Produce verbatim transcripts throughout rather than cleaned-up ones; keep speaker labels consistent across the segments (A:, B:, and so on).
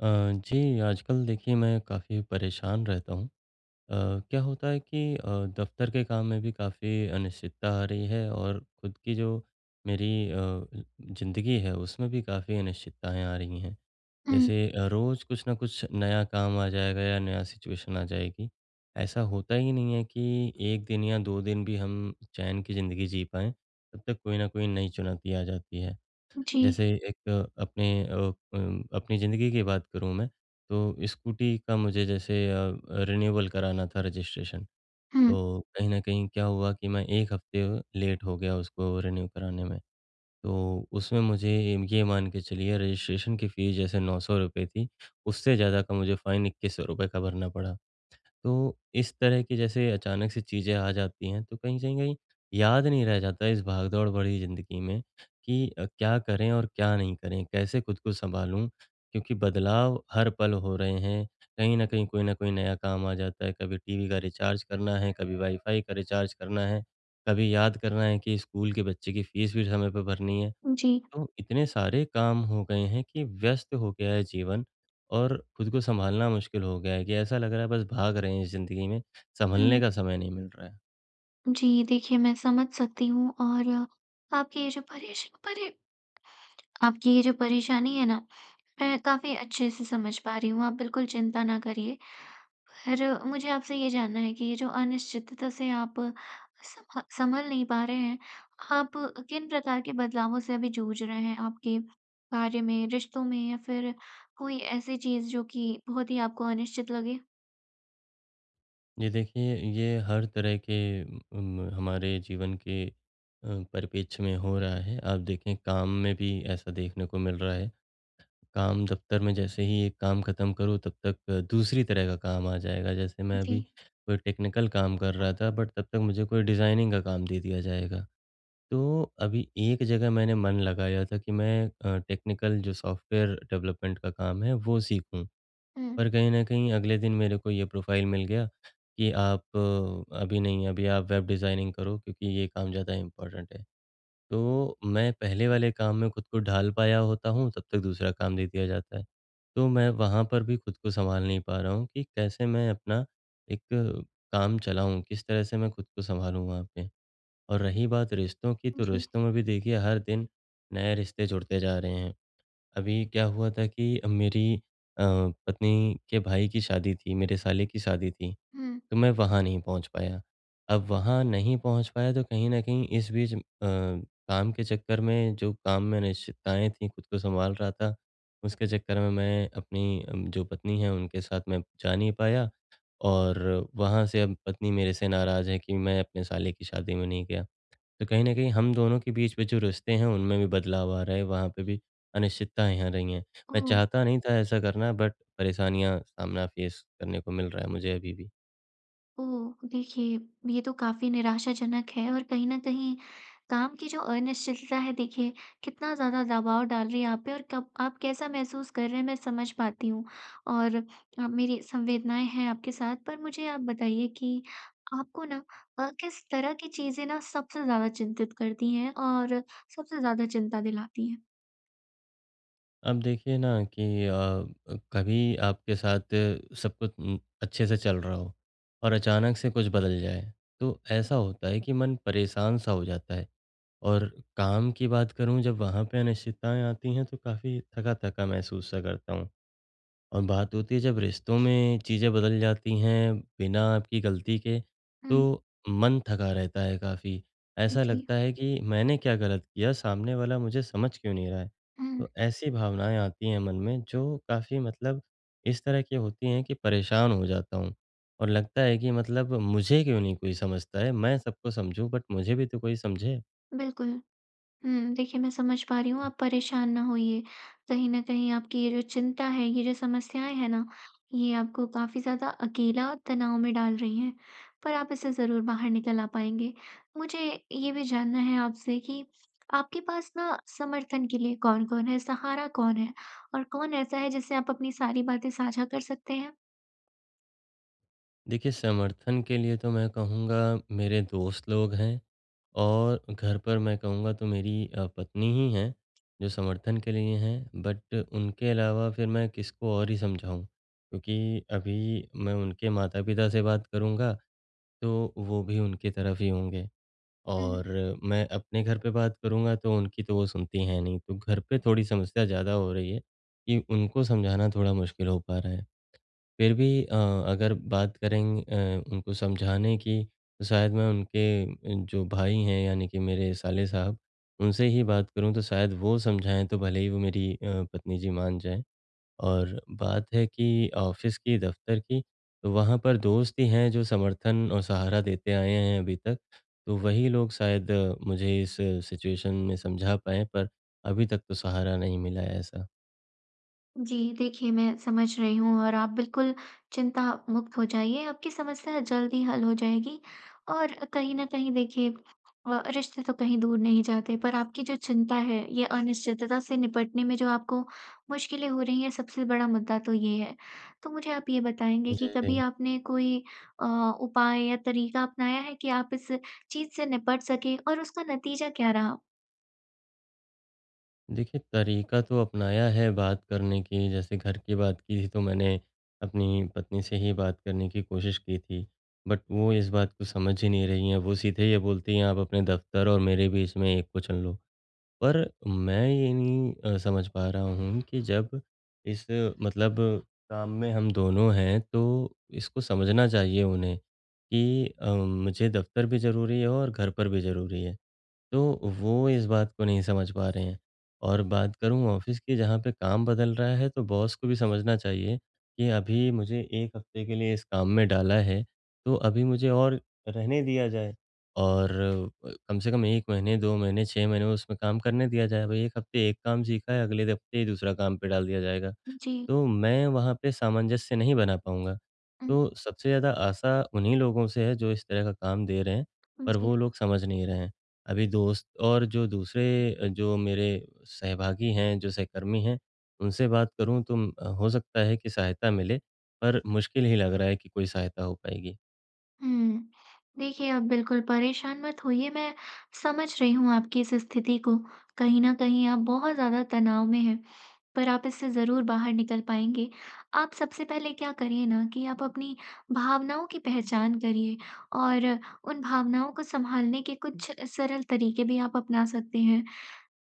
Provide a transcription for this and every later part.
A: अ, जी, आजकल देखिए मैं काफ़ी परेशान रहता हूँ। अ, क्या होता है कि अ, दफ़्तर के काम में भी काफ़ी अनिश्चितता आ रही है और खुद की जो मेरी अ, ज़िंदगी है उसमें भी काफ़ी अनिश्चितताएँ आ रही हैं।
B: हुँ,
A: जैसे अ, रोज़ कुछ ना कुछ नया काम आ जाएगा या नया सिचुएशन आ जाएगी। ऐसा होता ही नहीं है कि एक दिन या दो दिन भी हम चैन की ज़िंदगी जी पाएँ, तब तक कोई ना कोई नई चुनौती आ जाती है।
B: जी।
A: जैसे एक अपने अ, अम, अपनी ज़िंदगी की बात करूँ मैं, तो स्कूटी का मुझे जैसे अ, रिन्यूअल कराना था रजिस्ट्रेशन।
B: हुँ,
A: तो कहीं न कहीं क्या हुआ कि मैं एक हफ़्ते लेट हो गया उसको रिन्यू कराने में। तो उसमें मुझे ये मान के चलिए रजिस्ट्रेशन की फ़ीस जैसे ₹नौ सौ रुपये थी, उससे ज़्यादा का मुझे फ़ाइन ₹इक्कीस सौ रुपये का भरना पड़ा। तो इस तरह की जैसे अचानक से चीज़ें आ जाती हैं, तो कहीं से कहीं याद नहीं रह जाता इस भागदौड़ भरी ज़िंदगी में कि अ, क्या करें और क्या नहीं करें? कैसे खुद को सँभालूँ? क्योंकि बदलाव हर पल हो रहे हैं। कहीं न कहीं कोई न कोई नया काम आ जाता है। कभी टीवी का रिचार्ज करना है, कभी वाईफ़ाई का रिचार्ज करना है, कभी याद करना है कि स्कूल के बच्चे की फ़ीस भी समय पे भरनी है।
B: जी।
A: तो इतने सारे काम हो गए हैं कि व्यस्त हो गया है जीवन और खुद को संभालना मुश्किल हो गया है कि ऐसा लग रहा है बस भाग रहे हैं इस ज़िंदगी में,
B: हुँ,
A: संभलने का समय नहीं मिल रहा है।
B: जी, देखिए मैं समझ सकती हूँ और आपकी ये जो परेश परे आपकी ये जो परेशानी है ना, मैं काफ़ी अच्छे से समझ पा रही हूँ, आप बिल्कुल चिंता ना करिए। पर मुझे आपसे ये जानना है कि ये जो अनिश्चितता से आप सम सँभल नहीं पा रहे हैं, आप किन प्रकार के बदलावों से अभी जूझ रहे हैं? आपके कार्य में, रिश्तों में या फिर कोई ऐसी चीज़ जो कि बहुत ही आपको अनिश्चित लगे?
A: ये देखिए, ये हर तरह के उम, हमारे जीवन के अ, परिप्रेक्ष्य में हो रहा है। आप देखें काम में भी ऐसा देखने को मिल रहा है। काम दफ़्तर में जैसे ही एक काम खत्म करो तब तक दूसरी तरह का काम आ जाएगा। जैसे मैं
B: जी।
A: अभी कोई टेक्निकल काम कर रहा था बट तब तक मुझे कोई डिज़ाइनिंग का काम दे दिया जाएगा। तो अभी एक जगह मैंने मन लगाया था कि मैं अ, टेक्निकल जो सॉफ्टवेयर डेवलपमेंट का काम है वो सीखूं
B: हुँ,
A: पर कहीं न कहीं अगले दिन मेरे को ये प्रोफाइल मिल गया कि आप अ, अभी नहीं अभी आप वेब डिज़ाइनिंग करो क्योंकि ये काम ज़्यादा इम्पोर्टेंट है। तो मैं पहले वाले काम में खुद को ढाल पाया होता हूँ तब तक दूसरा काम दे दिया जाता है। तो मैं वहाँ पर भी खुद को सँभाल नहीं पा रहा हूँ कि कैसे मैं अपना एक अ, काम चलाऊँ? किस तरह से मैं खुद को सँभालूँ वहाँ पे? और रही बात रिश्तों की, तो
B: जी।
A: रिश्तों में भी देखिए हर दिन नए रिश्ते जुड़ते जा रहे हैं। अभी क्या हुआ था कि मेरी अ, पत्नी के भाई की शादी थी, मेरे साले की शादी थी,
B: हुँ,
A: तो मैं वहाँ नहीं पहुँच पाया। अब वहाँ नहीं पहुँच पाया तो कहीं न कहीं इस बीच अ, काम के चक्कर में जो काम में अनिश्चितताएँ थीं, खुद को सँभाल रहा था, उसके चक्कर में मैं अपनी अम, जो पत्नी है उनके साथ मैं जा नहीं पाया और वहाँ से अब पत्नी मेरे से नाराज़ है कि मैं अपने साले की शादी में नहीं गया। तो कहीं न कहीं हम दोनों के बीच में जो रिश्ते हैं, उनमें भी बदलाव आ रहा है, वहाँ पे भी अनिश्चितताएँ आ रही हैं। मैं
B: ओह!
A: चाहता नहीं था ऐसा करना बट परेशानियाँ सामना फेस करने को मिल रहा है मुझे अभी भी।
B: ओह! देखिए, ये तो काफ़ी निराशाजनक है और कहीं न कहीं काम की जो अनिश्चितता है देखिए, कितना ज़्यादा दबाव डाल रही है आप पे और कब आप कैसा महसूस कर रहे हैं मैं समझ पाती हूँ। और अ, मेरी संवेदनाएँ हैं आपके साथ पर मुझे आप बताइए कि आपको ना अ, किस तरह की चीज़ें ना सबसे ज़्यादा चिंतित करती हैं और सबसे ज़्यादा चिंता दिलाती हैं?
A: अब देखिए ना कि अ, कभी आपके साथ सब कुछ उम, अच्छे से चल रहा हो और अचानक से कुछ बदल जाए, तो ऐसा होता है कि मन परेशान-सा हो जाता है। और काम की बात करूँ जब वहाँ पे अनिश्चितताएँ आती हैं, तो काफ़ी थका-थका महसूस-सा करता हूँ। और बात होती है जब रिश्तों में चीज़ें बदल जाती हैं बिना आपकी गलती के,
B: हुँ,
A: तो मन थका रहता है काफ़ी। ऐसा
B: जी।
A: लगता है कि मैंने क्या गलत किया, सामने वाला मुझे समझ क्यों नहीं रहा है?
B: हुँ,
A: तो ऐसी भावनाएँ आती हैं मन में जो काफ़ी मतलब इस तरह की होती हैं कि परेशान हो जाता हूँ। और लगता है कि मतलब मुझे क्यों नहीं कोई समझता है? मैं सबको समझूँ बट मुझे भी तो कोई समझे।
B: बिल्कुल। हुँ, देखिए मैं समझ पा रही हूँ, आप परेशान ना होइए। कहीं न कहीं आपकी ये जो चिंता है, ये जो समस्याएँ हैं ना, ये आपको काफ़ी ज़्यादा अकेला और तनाव में डाल रही हैं, पर आप इससे ज़रूर बाहर निकल आ पाएँगे। मुझे ये भी जानना है आपसे कि आपके पास ना समर्थन के लिए कौन-कौन है, सहारा कौन है? और कौन ऐसा है जिससे आप अपनी सारी बातें साझा कर सकते हैं?
A: देखिए समर्थन के लिए तो मैं कहूँगा मेरे दोस्त लोग हैं। और घर पर मैं कहूँगा तो मेरी अ, पत्नी ही हैं जो समर्थन के लिए हैं बट उनके अलावा फिर मैं किसको और ही समझाऊँ क्योंकि अभी मैं उनके माता-पिता से बात करूँगा तो वो भी उनकी तरफ ही होंगे
B: हुँ।
A: और मैं अपने घर पे बात करूँगा तो उनकी तो वो सुनती हैं नहीं। तो घर पे थोड़ी समस्या ज़्यादा हो रही है कि उनको समझाना थोड़ा मुश्किल हो पा रहा है। फिर भी अ, अगर बात करें अ, उनको समझाने की तो शायद मैं उनके जो भाई हैं यानी कि मेरे साले साहब उनसे ही बात करूं तो शायद वो समझाएं तो भले ही वो मेरी अ, पत्नी जी मान जाएं और बात है कि ऑफिस की दफ्तर की तो वहाँ पर दोस्त ही हैं जो समर्थन और सहारा देते आए हैं अभी तक तो वही लोग शायद अ, मुझे इस सिचुएशन में समझा पाए पर अभी तक तो सहारा नहीं मिला है ऐसा।
B: जी, देखिए मैं समझ रही हूँ और आप बिल्कुल चिंता मुक्त हो जाइए, आपकी समस्या जल्द ही हल हो जाएगी। और कहीं न कहीं देखिए अ, रिश्ते तो कहीं दूर नहीं जाते, पर आपकी जो चिंता है, ये अनिश्चितता से निपटने में जो आपको मुश्किलें हो रही हैं, सबसे बड़ा मुद्दा तो ये है। तो मुझे आप ये बताएँगे कि कभी
A: जी।
B: आपने कोई अ, उपाय या तरीका अपनाया है कि आप इस चीज़ से निपट सकें और उसका नतीजा क्या रहा?
A: देखिए, तरीका तो अपनाया है बात करने की, जैसे घर की बात की थी तो मैंने अपनी पत्नी से ही बात करने की कोशिश की थी। बट वो इस बात को समझ ही नहीं रही हैं, वो सीधे ये बोलती हैं आप अपने दफ़्तर और मेरे बीच में एक को चुन लो। पर मैं ये नहीं अ, समझ पा रहा हूँ कि जब इस मतलब काम में हम दोनों हैं तो इसको समझना चाहिए उन्हें कि अ, मुझे दफ़्तर भी ज़रूरी है और घर पर भी ज़रूरी है। तो वो इस बात को नहीं समझ पा रहे हैं। और बात करूँ ऑफ़िस की जहाँ पे काम बदल रहा है, तो बॉस को भी समझना चाहिए कि अभी मुझे एक हफ़्ते के लिए इस काम में डाला है, तो अभी मुझे और रहने दिया जाए और अ, कम से कम एक महीने, दो महीने, छह महीने उसमें काम करने दिया जाए। भई एक हफ़्ते एक काम सीखा है, अगले हफ़्ते ही दूसरा काम पे डाल दिया जाएगा।
B: जी।
A: तो मैं वहाँ पे सामंजस्य नहीं बना पाऊँगा। तो सबसे ज़्यादा आशा उन्हीं लोगों से है जो इस तरह का काम दे रहे हैं,
B: उम,
A: पर
B: जी।
A: वो लोग समझ नहीं रहे हैं। अभी दोस्त और जो दूसरे अ, जो मेरे सहभागी हैं, जो सहकर्मी हैं, उनसे बात करूँ तो उम, अ, हो सकता है कि सहायता मिले, पर मुश्किल ही लग रहा है कि कोई सहायता हो पाएगी।
B: हुँ। देखिए, आप बिल्कुल परेशान मत होइए, मैं समझ रही हूँ आपकी इस स्थिति को। कहीं न कहीं आप बहुत ज़्यादा तनाव में हैं, पर आप इससे ज़रूर बाहर निकल पाएँगे। आप सबसे पहले क्या करिए ना कि आप अपनी भावनाओं की पहचान करिए और उन भावनाओं को सँभालने के कुछ सरल तरीके भी आप अपना सकते हैं।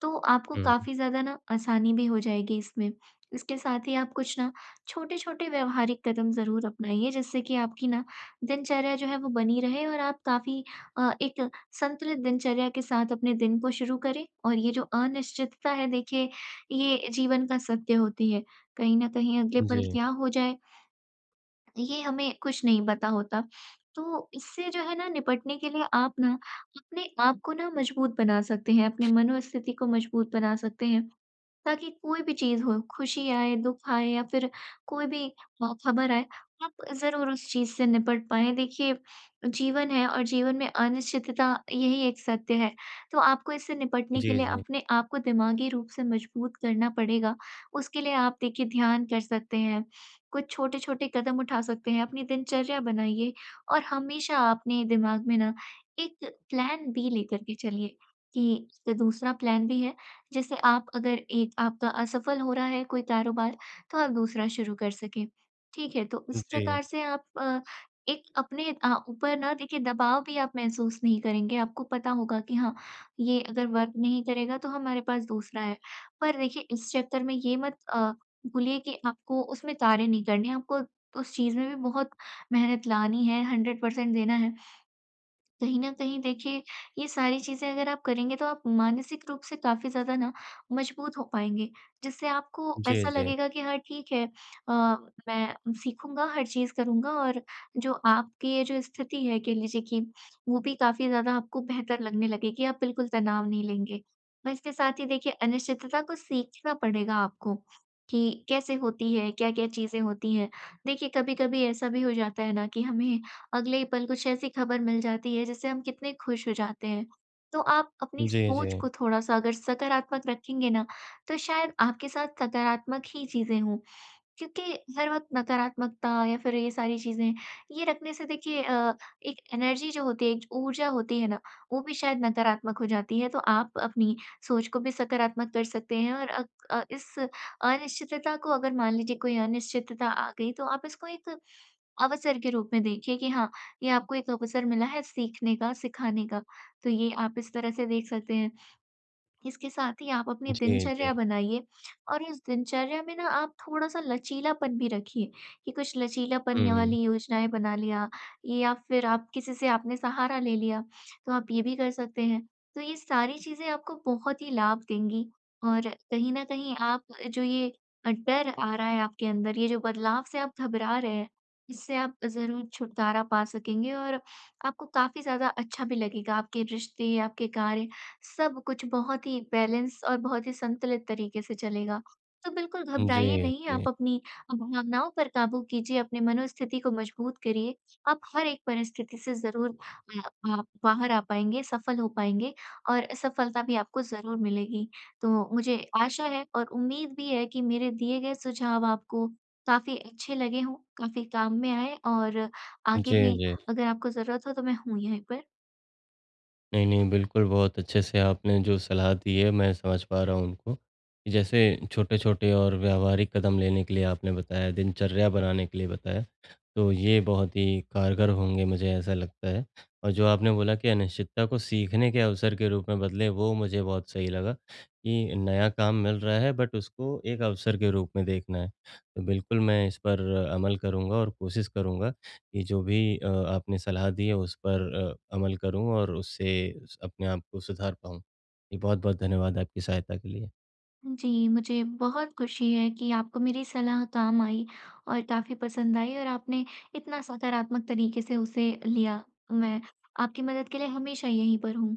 B: तो आपको
A: हुँ।
B: काफ़ी ज़्यादा ना आसानी भी हो जाएगी इसमें। इसके साथ ही आप कुछ ना छोटे-छोटे व्यावहारिक कदम ज़रूर अपनाइए जिससे कि आपकी ना दिनचर्या जो है वो बनी रहे और आप काफ़ी अ, एक संतुलित दिनचर्या के साथ अपने दिन को शुरू करें। और ये जो अनिश्चितता है देखिए, ये जीवन का सत्य होती है। कहीं न कहीं अगले
A: जी।
B: पल क्या हो जाए ये हमें कुछ नहीं पता होता। तो इससे जो है ना निपटने के लिए आप ना अपने आप को ना मजबूत बना सकते हैं, अपनी मनोस्थिति को मजबूत बना सकते हैं। ताकि कोई भी चीज़ हो, खुशी आए, दुःख आए या फिर कोई भी अ, खबर आए, आप ज़रूर उस चीज़ से निपट पाएँ। देखिए, जीवन है और जीवन में अनिश्चितता यही एक सत्य है, तो आपको इससे निपटने के
A: जी,
B: लिए
A: जी।
B: अपने आप को दिमागी रूप से मजबूत करना पड़ेगा। उसके लिए आप देखिए ध्यान कर सकते हैं, कुछ छोटे-छोटे कदम उठा सकते हैं, अपनी दिनचर्या बनाइए और हमेशा अपने दिमाग में ना एक प्लान बी लेकर के चलिए कि दूसरा प्लान भी है जैसे आप अगर एक आपका असफल हो रहा है कोई कारोबार, तो आप दूसरा शुरू कर सकें। ठीक है? तो इस
A: जी।
B: प्रकार से आप अ, एक अपने अ, ऊपर ना देखिए दबाव भी आप महसूस नहीं करेंगे। आपको पता होगा कि हाँ, ये अगर वर्क नहीं करेगा तो हमारे पास दूसरा है। पर देखिए इस चक्कर में ये मत अ, भूलिए कि आपको उसमें तारे नहीं करने हैं, आपको उस चीज़ में भी बहुत मेहनत लानी है, हंड्रेड परसेंट देना है। कहीं न कहीं देखिए, ये सारी चीज़ें अगर आप करेंगे तो आप मानसिक रूप से काफ़ी ज़्यादा ना मजबूत हो पाएँगे, जिससे आपको
A: जी,
B: ऐसा
A: जी।
B: लगेगा कि हाँ ठीक है अ, मैं सीखूँगा, हर चीज़ करूँगा और जो आपकी ये जो स्थिति है कह लीजिए कि वो भी काफ़ी ज़्यादा आपको बेहतर लगने लगेगी, आप बिल्कुल तनाव नहीं लेंगे। और इसके साथ ही देखिए अनिश्चितता को सीखना पड़ेगा आपको कि कैसे होती है, क्या-क्या चीज़ें होती हैं। देखिए, कभी-कभी ऐसा भी हो जाता है ना कि हमें अगले ही पल कुछ ऐसी खबर मिल जाती है जिससे हम कितने खुश हो जाते हैं। तो आप अपनी
A: जी, जी।
B: सोच को थोड़ा-सा अगर सकारात्मक रखेंगे ना, तो शायद आपके साथ सकारात्मक ही चीज़ें हों। क्योंकि हर वक़्त नकारात्मकता या फिर ये सारी चीज़ें, ये रखने से देखिए अ, एक एनर्जी जो होती है, एक ऊर्जा होती है ना, वो भी शायद नकारात्मक हो जाती है। तो आप अपनी सोच को भी सकारात्मक कर सकते हैं और अ अ, इस अनिश्चितता को अगर मान लीजिए कोई अनिश्चितता आ गई, तो आप इसको एक अवसर के रूप में देखिए कि हाँ, ये आपको एक अवसर मिला है सीखने का, सिखाने का। तो ये आप इस तरह से देख सकते हैं। इसके साथ ही आप अपनी
A: जी, जी।
B: दिनचर्या बनाइए और इस दिनचर्या में ना आप थोड़ा-सा लचीलापन भी रखिए कि कुछ लचीलापन य
A: हुँ।
B: वाली योजनाएँ बना लिया ये या फिर आप किसी से आपने सहारा ले लिया, तो आप ये भी कर सकते हैं। तो ये सारी चीज़ें आपको बहुत ही लाभ देंगी और कहीं न कहीं आप जो ये अ, डर आ रहा है आपके अंदर, ये जो बदलाव से आप घबरा रहे हैं, इससे आप ज़रूर छुटकारा पा सकेंगे और आपको काफ़ी ज़्यादा अच्छा भी लगेगा, आपके रिश्ते, आपके कार्य सब कुछ बहुत ही बैलेंस और बहुत ही संतुलित तरीके से चलेगा। तो बिल्कुल
A: जी,
B: घबराइए नहीं,
A: जी।
B: आप अपनी भावनाओं पर काबू कीजिए, अपनी मनोस्थिति को मजबूत करिए। आप हर एक परिस्थिति से ज़रूर अ, आप बाहर आ पाएँगे, सफल हो पाएँगे और सफलता भी आपको ज़रूर मिलेगी। तो मुझे आशा है और उम्मीद भी है कि मेरे दिए गए सुझाव आपको काफ़ी अच्छे लगे हों, काफ़ी काम में आएँ और
A: जी, जी।
B: आगे भी
A: जी, जी।
B: अगर आपको ज़रूरत हो तो मैं हूँ यहीं पर।
A: नहीं, नहीं, बिल्कुल, बहुत अच्छे से आपने जो सलाह दी है, मैं समझ पा रहा हूँ उनको। कि जैसे छोटे-छोटे और व्यावहारिक कदम लेने के लिए आपने बताया, दिनचर्या बनाने के लिए बताया, तो ये बहुत ही कारगर होंगे, मुझे ऐसा लगता है। और जो आपने बोला कि अनिश्चितता को सीखने के अवसर के रूप में बदलें, वो मुझे बहुत सही लगा कि नया काम मिल रहा है, बट उसको एक अवसर के रूप में देखना है। तो बिल्कुल, मैं इस पर अमल करूँगा और कोशिश करूँगा ये जो भी अ, आपने सलाह दी है उस पर अ, अमल करूँ और उससे अपने आप को सुधार पाऊँ। जी बहुत-बहुत धन्यवाद आपकी सहायता के लिए।
B: जी, मुझे बहुत खुशी है कि आपको मेरी सलाह काम आई और काफ़ी पसंद आई और आपने इतना सकारात्मक तरीके से उसे लिया। मैं आपकी मदद के लिए हमेशा यहीं पर हूँ।